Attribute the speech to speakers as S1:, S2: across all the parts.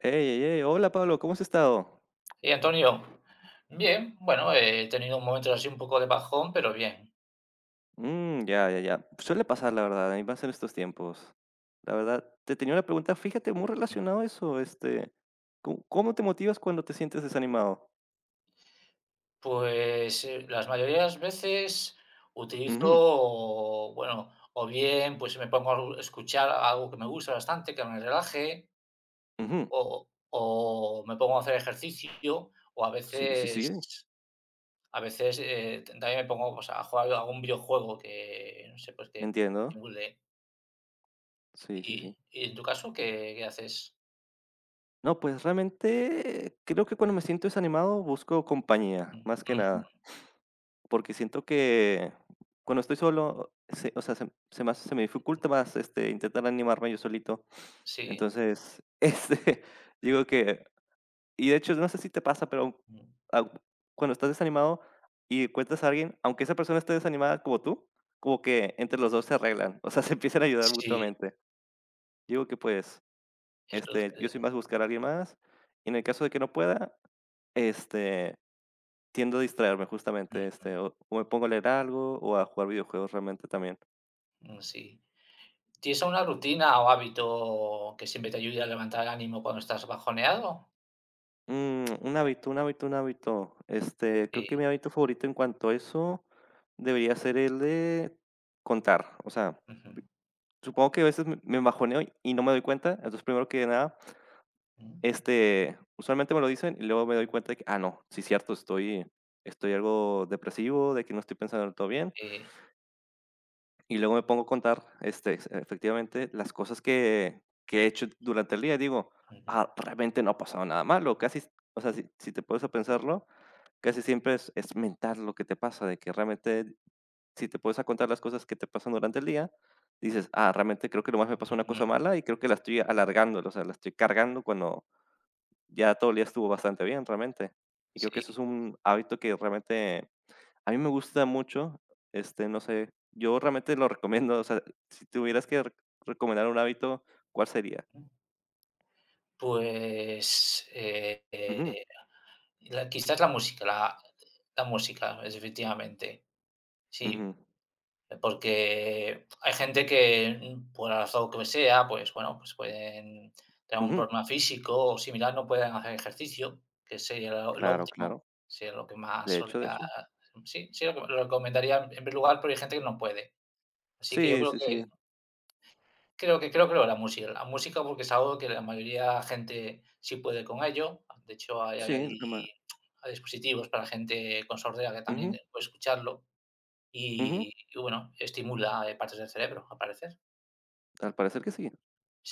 S1: Hey, hey, hey, hola Pablo, ¿cómo has estado?
S2: Y Antonio, bien, bueno, he tenido un momento así un poco de bajón, pero bien.
S1: Mm, ya, ya, ya. Suele pasar, la verdad, a mí pasa en estos tiempos. La verdad, te tenía una pregunta, fíjate, muy relacionado a eso, este, ¿cómo te motivas cuando te sientes desanimado?
S2: Pues las mayorías veces
S1: Ujú,
S2: utilizo, bueno, o bien pues si me pongo a escuchar algo que me gusta bastante, que me relaje,
S1: ujú.
S2: o me pongo a hacer ejercicio, o a
S1: Sí, sí,
S2: veces,
S1: sí,
S2: también me pongo pues, a jugar algún videojuego que, no sé, pues que
S1: entiendo.
S2: estimule.
S1: Sí, sí,
S2: ¿Y,
S1: sí.
S2: y en tu caso qué, haces?
S1: No, pues realmente creo que cuando me siento desanimado busco compañía,
S2: Ujú,
S1: más que nada,
S2: ujú.
S1: porque siento que cuando estoy solo, o sea, se me, se me dificulta más, este, intentar animarme yo solito.
S2: Sí.
S1: Entonces, este, digo que, y de hecho, no sé si te pasa, pero,
S2: Ujú.
S1: ah, cuando estás desanimado y encuentras a alguien, aunque esa persona esté desanimada como tú, como que entre los 2 se arreglan, o sea, se empiezan a ayudar
S2: Sí.
S1: mutuamente. Digo que, pues,
S2: Que
S1: este, yo
S2: sucede.
S1: soy más buscar a alguien más, y en el caso de que no pueda, este, tiendo a distraerme justamente,
S2: Mm,
S1: este, o me pongo a leer algo, o a jugar videojuegos realmente también.
S2: mm, sí. ¿Tienes alguna rutina o hábito que siempre te ayude a levantar el ánimo cuando estás bajoneado?
S1: Un hábito, un hábito, un hábito. Este,
S2: Sí.
S1: creo que mi hábito favorito en cuanto a eso debería ser el de contar. O sea,
S2: Ujú.
S1: supongo que a veces me bajoneo y no me doy cuenta. Entonces, primero que nada,
S2: Mm.
S1: este, usualmente me lo dicen y luego me doy cuenta de que, ah, no, sí, cierto, estoy algo depresivo, de que no estoy pensando del todo bien.
S2: Sí.
S1: Y luego me pongo a contar, este, efectivamente, las cosas que he hecho durante el día. Digo,
S2: Ujú,
S1: ah, realmente no ha pasado nada malo. Casi, o sea, si te puedes a pensarlo, casi siempre es mental lo que te pasa, de que realmente, si te pones a contar las cosas que te pasan durante el día, dices: "Ah, realmente creo que nomás me pasó una
S2: ujú.
S1: cosa mala y creo que la estoy alargando, o sea, la estoy cargando cuando ya todo el día estuvo bastante bien", realmente. Y creo que eso
S2: Sí.
S1: es un hábito que realmente a mí me gusta mucho, este, no sé, yo realmente lo recomiendo, o sea, si tuvieras que re recomendar un hábito, ¿cuál sería?
S2: Mm. Pues,
S1: Ujú,
S2: la quizás la música, la música, efectivamente, sí.
S1: ujú,
S2: Porque hay gente que, por la razón que sea, pues bueno, pues pueden tener un
S1: ujú.
S2: problema físico o similar, no pueden hacer ejercicio, que sería lo
S1: Claro,
S2: óptimo,
S1: claro.
S2: sería lo que más
S1: De hecho, de
S2: solía.
S1: hecho.
S2: Sí, sí, lo que lo recomendaría en primer lugar, pero hay gente que no puede. Así que yo
S1: Sí,
S2: creo
S1: sí, sí.
S2: que la música porque es algo que la mayoría de la gente sí puede con ello. De hecho, hay
S1: Sí, lo ma
S2: hay hay dispositivos para gente con sordera que también
S1: ujú,
S2: puede escucharlo.
S1: ujú.
S2: Y bueno, estimula, partes del cerebro, al parecer.
S1: Al parecer que sí.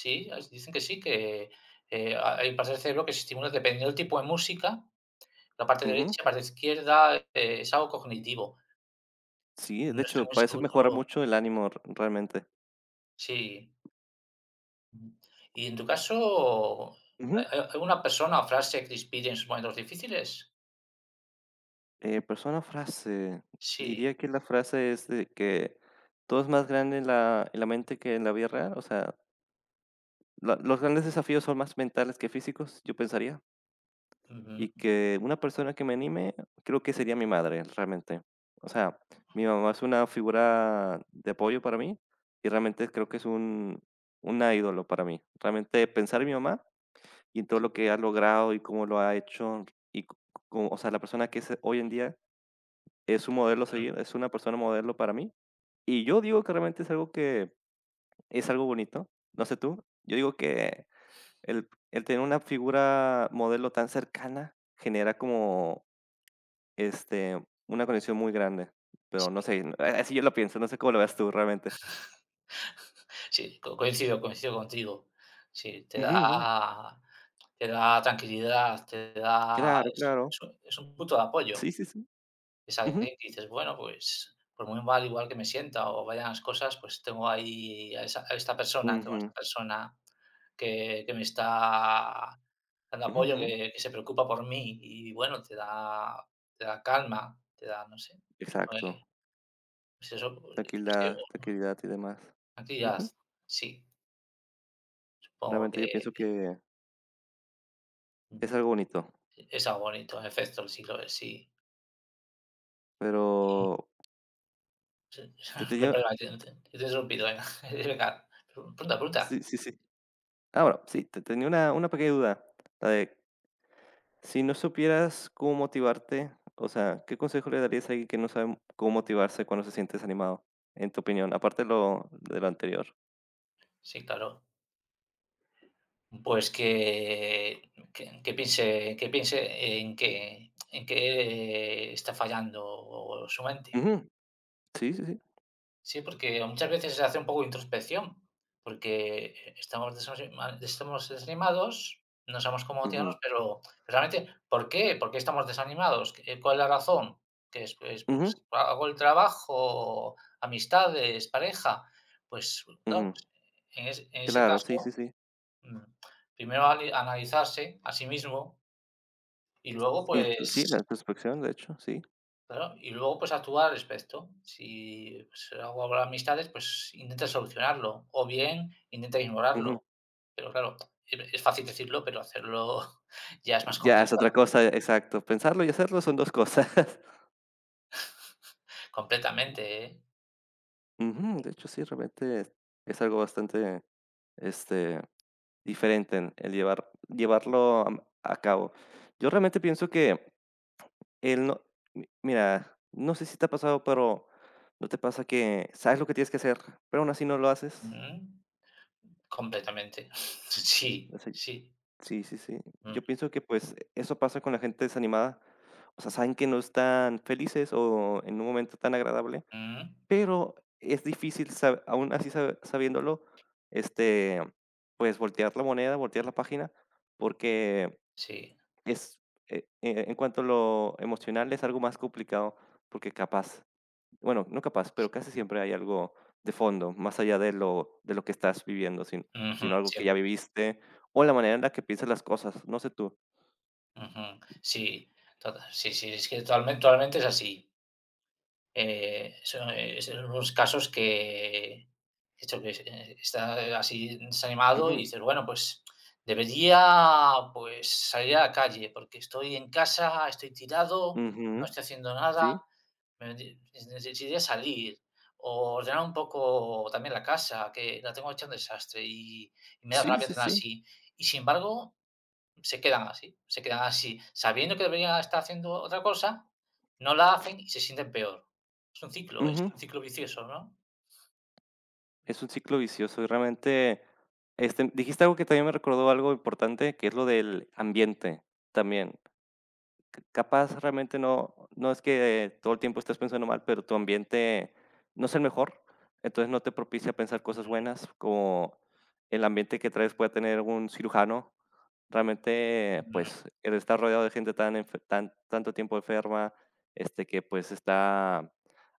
S2: Sí, as dicen que sí, que, ha hay partes del cerebro que se estimulan dependiendo del tipo de música, la parte derecha,
S1: Ujú.
S2: la parte izquierda, es algo cognitivo.
S1: Sí, de
S2: No estoy
S1: hecho,
S2: muy
S1: parece mejorar
S2: seguro.
S1: mucho el ánimo r realmente.
S2: Sí. Y en tu caso, ¿ha
S1: Ujú.
S2: hay alguna persona o frase que te inspire en sus momentos difíciles?
S1: Persona, frase.
S2: Sí.
S1: Diría que la frase es de que todo es más grande en la mente que en la vida real. O sea, la los grandes desafíos son más mentales que físicos, yo pensaría. Y
S2: Ujú.
S1: que una persona que me anime, creo que sería mi madre, realmente. O sea, mi mamá es una figura de apoyo para mí y realmente creo que es un una ídolo para mí. Realmente pensar en mi mamá y en todo lo que ha logrado y cómo lo ha hecho, y co co o sea, la persona que es hoy en día es un modelo a seguir, es una persona modelo para mí. Y yo digo que realmente es algo que es algo bonito, no sé tú, yo digo que el tener una figura modelo tan cercana genera como, este, una conexión muy grande, pero no sé,
S2: Sí.
S1: n- a así yo lo pienso, no sé cómo lo veas tú realmente.
S2: Sí, co coincido, coincido contigo. Sí, te
S1: Ujú, ujú.
S2: da te da tranquilidad, te da
S1: Claro,
S2: es
S1: claro.
S2: es un es un punto de apoyo.
S1: Sí, sí, sí.
S2: Es
S1: Ujú.
S2: alguien que dices: "Bueno, pues por muy mal igual que me sienta o vayan las cosas, pues tengo ahí a esta persona, tengo a esta
S1: Ujú.
S2: persona que me está dando
S1: Ujú,
S2: apoyo,
S1: ujú.
S2: que se preocupa por mí", y bueno, te da calma, te da, no sé,
S1: Exacto.
S2: pues eso, pues sí,
S1: Tranquilidad, tranquilidad y demás.
S2: tranquilidad.
S1: Ujú.
S2: Sí, supongo
S1: Realmente yo
S2: que,
S1: pienso que es
S2: mm.
S1: algo bonito,
S2: Es algo bonito, en efecto, sí lo es, sí. Y
S1: pero te tenía,
S2: perdona, te he interrumpido, venga. Venga, pregunta, pregunta.
S1: sí, sí, sí. Ah, bueno, sí, te tenía una pequeña duda, la de si no supieras cómo motivarte, o sea, ¿qué consejo le darías a alguien que no sabe cómo motivarse cuando se siente desanimado? En tu opinión, aparte de lo anterior.
S2: Sí, claro. Pues que piense en que en qué está fallando su mente.
S1: Ujú. Sí, sí, sí.
S2: Sí, porque muchas veces se hace un poco de introspección, porque estamos desanima estamos desanimados, no sabemos cómo
S1: Ujú,
S2: motivarnos, pero realmente, ¿por qué? ¿Por qué estamos desanimados? ¿Qué cuál es la razón? Que es,
S1: ujú,
S2: pues, hago el trabajo, amistades, pareja. Pues claro,
S1: ujú.
S2: pues en ese
S1: Claro, sí,
S2: caso,
S1: sí, sí.
S2: mm, primero ali analizarse a sí mismo y luego,
S1: Y sí,
S2: pues.
S1: la introspección, de hecho, sí.
S2: Claro, y luego, pues, actúa al respecto. Si, pues, hago algo amistades, pues, intenta solucionarlo, o bien intenta
S1: Ujú.
S2: ignorarlo. Pero claro, es fácil decirlo, pero hacerlo ya es más
S1: Ya es otra
S2: complicado.
S1: cosa, exacto. Pensarlo y hacerlo son 2 cosas.
S2: Completamente, ¿eh?
S1: Ujú, de hecho, sí, realmente es algo bastante, este, diferente en el llevarlo, a cabo. Yo realmente pienso que él no mi mira, no sé si te ha pasado, pero, ¿no te pasa que sabes lo que tienes que hacer, pero aún así no lo haces?
S2: Mm, completamente. Sí,
S1: O sea,
S2: sí.
S1: sí, sí, sí.
S2: Mm,
S1: Yo pienso que, pues, eso pasa con la gente desanimada. O sea, saben que no están felices o en un momento tan agradable.
S2: mm,
S1: Pero es difícil, sa aún así sa sabiéndolo, este, pues, voltear la moneda, voltear la página, porque
S2: sí.
S1: es, e en cuanto a lo emocional, es algo más complicado, porque capaz, bueno, no capaz, pero casi siempre hay algo de fondo, más allá de lo que estás viviendo, sin
S2: Ujú,
S1: sino algo que
S2: siempre.
S1: ya viviste, o la manera en la que piensas las cosas, no sé tú.
S2: Ujú, sí, total. Sí, sí, es que totalmente totalmente es así. Son unos casos que, esto que es, está así desanimado y
S1: Ujú,
S2: dices, bueno, pues debería pues salir a la calle porque estoy en casa, estoy tirado, no
S1: ujú.
S2: estoy haciendo nada,
S1: Sí,
S2: me de- necesitaría salir o ordenar un poco también la casa, que la tengo hecha un desastre y me da
S1: sí,
S2: rabia
S1: sí,
S2: tener
S1: sí.
S2: así. Y sin embargo, se quedan así, sabiendo que deberían estar haciendo otra cosa, no la hacen y se sienten peor. Es un ciclo vicioso, ¿no?
S1: Es un ciclo vicioso y realmente, este, dijiste algo que también me recordó algo importante, que es lo del ambiente también. Capaz realmente no, no es que todo el tiempo estés pensando mal, pero tu ambiente no es el mejor, entonces no te propicia pensar cosas buenas, como el ambiente que traes puede tener un cirujano. Realmente,
S2: Mm,
S1: pues, el estar rodeado de gente tanto tiempo enferma, este, que, pues, está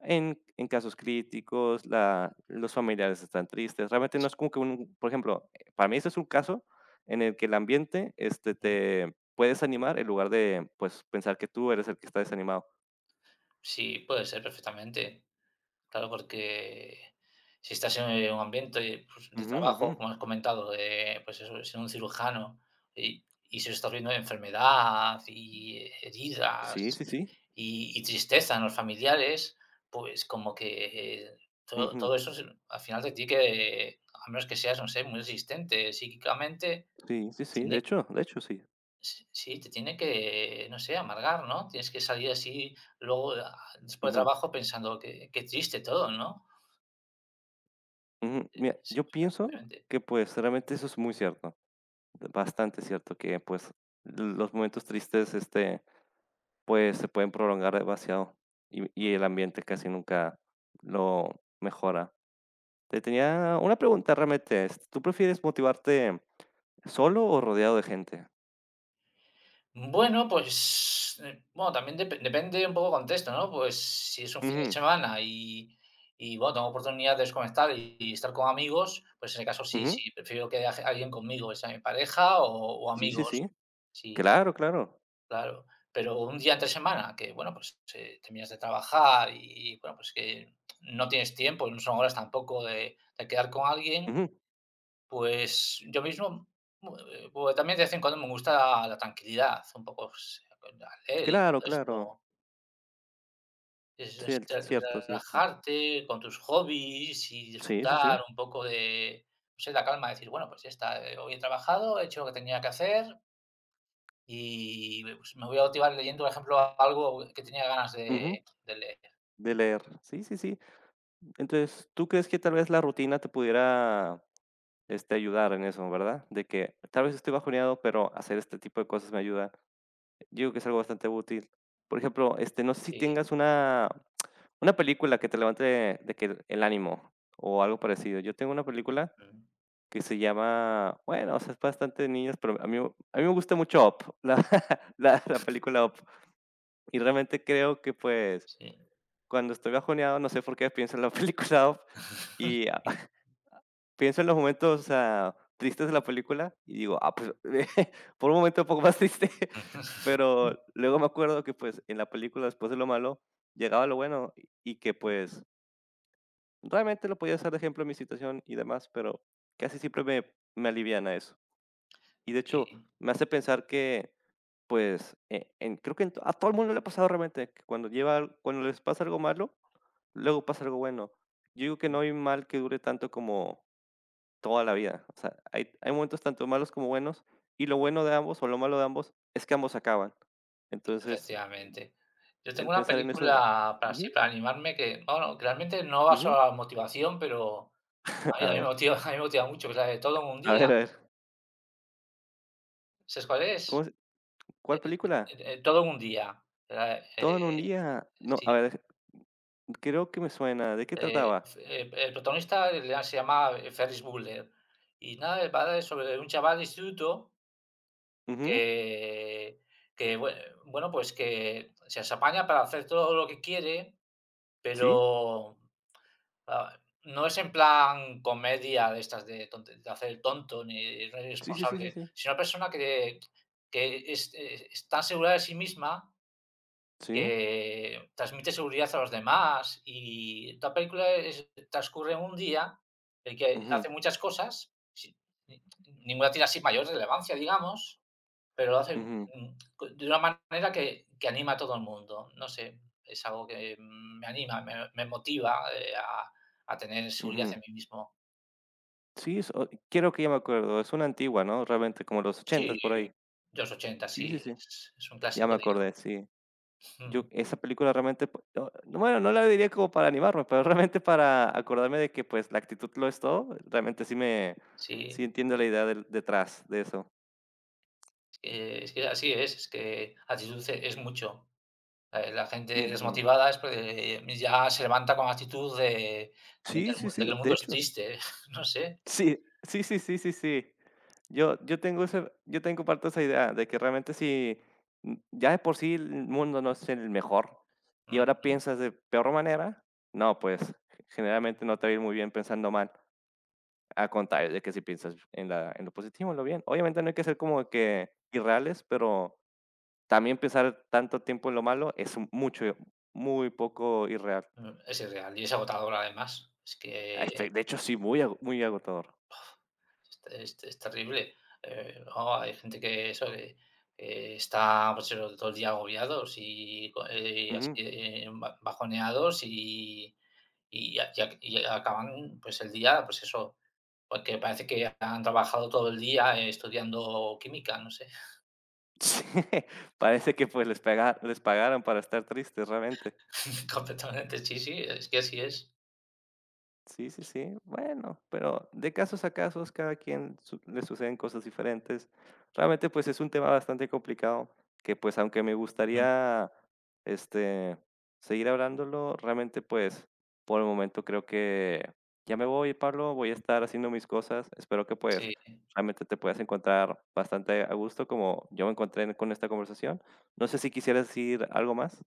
S1: en casos críticos, la los familiares están tristes. Realmente no es como que un por ejemplo, para mí ese es un caso en el que el ambiente, este, te puede desanimar en lugar de, pues, pensar que tú eres el que está desanimado.
S2: sí, puede ser perfectamente. Claro, porque si estás en, un ambiente, pues, de
S1: Ujú, ujú.
S2: trabajo, como has comentado, de, pues eso, ser un cirujano y se está viendo enfermedad y
S1: Sí,
S2: heridas
S1: sí, sí.
S2: y tristeza en los familiares, pues como que, todo
S1: Ujú.
S2: todo eso se al final te tiene que, a menos que seas, no sé, muy resistente psíquicamente,
S1: Sí, sí, sí. De
S2: tiene,
S1: hecho, de hecho, sí.
S2: sí, sí, te tiene que, no sé, amargar, ¿no? Tienes que salir así luego, ah, después de
S1: Ujú,
S2: trabajo pensando: que qué triste todo", ¿no?
S1: ujú. Mira,
S2: Sí,
S1: yo pienso
S2: efectivamente.
S1: que, pues, realmente eso es muy cierto. Bastante cierto que, pues, los momentos tristes, este, pues, se pueden prolongar demasiado y el ambiente casi nunca lo mejora. Te tenía una pregunta realmente, este, ¿tú prefieres motivarte solo o rodeado de gente?
S2: Bueno, pues, bueno, también depende un poco del contexto, ¿no? Pues, si es un fin de
S1: Ujú,
S2: semana y bueno, tengo oportunidad de desconectar y estar con amigos, pues en ese caso sí,
S1: ujú.
S2: sí, prefiero que haya alguien conmigo, sea mi pareja o
S1: Sí, sí,
S2: amigos.
S1: sí.
S2: Sí,
S1: Claro, claro.
S2: claro. Pero un día entre semana que, bueno, pues, terminas de trabajar y, bueno, pues que no tienes tiempo, no son horas tampoco de quedar con alguien.
S1: Ujú.
S2: Pues yo mismo, pues también de vez en cuando me gusta la tranquilidad, un poco s a leer y
S1: Claro,
S2: todo
S1: claro.
S2: esto, es
S1: Cierto, cierto, cierto.
S2: relajarte con tus hobbies y
S1: Sí, sí, sí.
S2: disfrutar un poco de, no sé, la calma, decir: "Bueno, pues ya está, hoy he trabajado, he hecho lo que tenía que hacer y me pues me voy a motivar leyendo, por ejemplo, algo que tenía ganas de
S1: Ujú.
S2: de leer".
S1: De leer. Sí, sí, sí. Entonces, ¿tú crees que tal vez la rutina te pudiera, este, ayudar en eso, verdad? De que tal vez estoy bajoneado, pero hacer este tipo de cosas me ayuda. Digo que es algo bastante útil. Por ejemplo, este, no sé si
S2: Sí,
S1: tengas una película que te levante de que el ánimo o algo parecido. Yo tengo una película
S2: mm,
S1: que se llama, bueno, o sea, es bastante de niños, pero a mí me gusta mucho Up, la película Up. Y realmente creo que pues
S2: sí,
S1: cuando estoy bajoneado, no sé por qué pienso en la película Up. Y pienso en los momentos, o sea, tristes de la película y digo: "Ah, pues", por un momento un poco más triste, pero luego me acuerdo que, pues, en la película, después de lo malo, llegaba lo bueno y que, pues, realmente lo podía hacer de ejemplo en mi situación y demás, pero casi siempre me aliviana eso. Y de hecho,
S2: sí.
S1: me hace pensar que, pues, en creo que a todo el mundo le ha pasado realmente que cuando les pasa algo malo, luego pasa algo bueno. Yo digo que no hay mal que dure tanto como toda la vida. O sea, hay momentos tanto malos como buenos, y lo bueno de ambos, o lo malo de ambos, es que ambos acaban. Entonces,
S2: Efectivamente. Yo tengo
S1: el
S2: una
S1: pensar en eso,
S2: película para así,
S1: ujú,
S2: para animarme que, bueno, que realmente no va
S1: ujú.
S2: solo a la motivación, pero a mí a
S1: A
S2: mí
S1: ver,
S2: me motiva, a mí me motiva mucho, que es la de Todo en un
S1: a
S2: día.
S1: ver, a ver.
S2: ¿Sabes cuál es?
S1: ¿Cómo se
S2: Eh
S1: Cuál película?
S2: Todo en un día, la
S1: Todo en un día. No,
S2: sí,
S1: a ver, creo que me suena. ¿De qué
S2: f
S1: trataba?
S2: el protagonista le se llama, Ferris Bueller, y nada, va sobre un chaval de instituto
S1: Ujú.
S2: que que bueno, pues que se las apaña para hacer todo lo que quiere,
S1: ¿Sí?
S2: pero. Ah, no es en plan comedia de estas de tonte de hacer el tonto ni ser
S1: Sí, sí, sí, sí,
S2: irresponsable,
S1: sí.
S2: sino una persona que es es tan segura de sí misma
S1: Sí.
S2: que transmite seguridad a los demás, y la película es transcurre en un día en que
S1: Ujú,
S2: hace muchas cosas, si ni ninguna tiene así mayor relevancia, digamos, pero lo hace,
S1: ujú,
S2: mm, de una manera que anima a todo el mundo. No sé, es algo que, me anima, me motiva, a tener seguridad
S1: ujú.
S2: en mí mismo.
S1: Sí, es o creo que ya me acuerdo. Es una antigua, ¿no? Realmente, como los
S2: Sí,
S1: 80s por ahí.
S2: de los ochenta
S1: Sí, sí,
S2: sí,
S1: sí.
S2: es un
S1: Sí, ya me
S2: clásico,
S1: acordé, sí.
S2: digamos.
S1: Yo
S2: Mm,
S1: esa película realmente, pu no, no, bueno, no la diría como para animarme, pero realmente para acordarme de que, pues, la actitud lo es todo, realmente sí
S2: sí,
S1: entiendo la idea del detrás de eso.
S2: es que así es que actitud es mucho. La gente
S1: Ujú.
S2: desmotivada es porque ya se levanta con actitud de de que
S1: Sí,
S2: el mu
S1: sí, sí,
S2: de que el
S1: de
S2: mundo es
S1: hecho.
S2: triste, no sé.
S1: Sí, sí, sí, sí, sí, sí. Yo tengo parte de esa idea de que realmente si, ya de por sí el mundo no es el mejor, y ahora
S2: Mm,
S1: piensas de peor manera, no, pues, generalmente no te va a ir muy bien pensando mal. A contar de que si piensas en la en lo positivo, en lo bien. Obviamente no hay que ser como que irreales, pero también pensar tanto tiempo en lo malo es mucho, muy poco irreal.
S2: mm, es irreal y es agotador, además. Es
S1: Ay,
S2: que.
S1: fe de hecho, sí, muy agotador.
S2: Es terrible. Luego hay gente que eso, que está, pues eso, todo el día agobiados y co así,
S1: Ujú.
S2: ba bajoneados y a y ac y acaban, pues, el día, pues eso, porque parece que han trabajado todo el día estudiando química, no sé.
S1: Sí, parece que, pues, les pagaran para estar tristes, realmente.
S2: Completamente, sí, sí, es que así es.
S1: Sí, sí, sí. Bueno, pero de casos a casos, cada quien su le suceden cosas diferentes. Realmente, pues, es un tema bastante complicado que, pues, aunque me
S2: Mm,
S1: gustaría, este, seguir hablándolo, realmente, pues, por el momento creo que ya me voy, Pablo, voy a estar haciendo mis cosas. Espero que, pues,
S2: sí.
S1: realmente te puedas encontrar bastante a gusto como yo me encontré con esta conversación. No sé si quisieras decir algo más.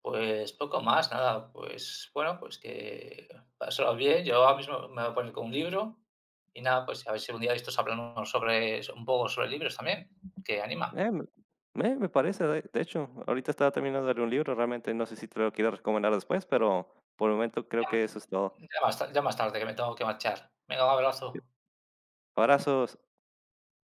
S2: Pues poco más, nada, pues bueno, pues que pasarlo bien. Yo ahora mismo me voy a poner con un libro y nada, pues a ver si un día de estos hablamos sobre un poco sobre libros también, que anima.
S1: Me parece, de hecho, ahorita estaba terminando de leer un libro, realmente no sé si te lo quiero recomendar después, pero por el momento creo
S2: Ya,
S1: que eso es todo.
S2: ma- ya más tarde que me tengo que marchar. Venga, un abrazo.
S1: Abrazos.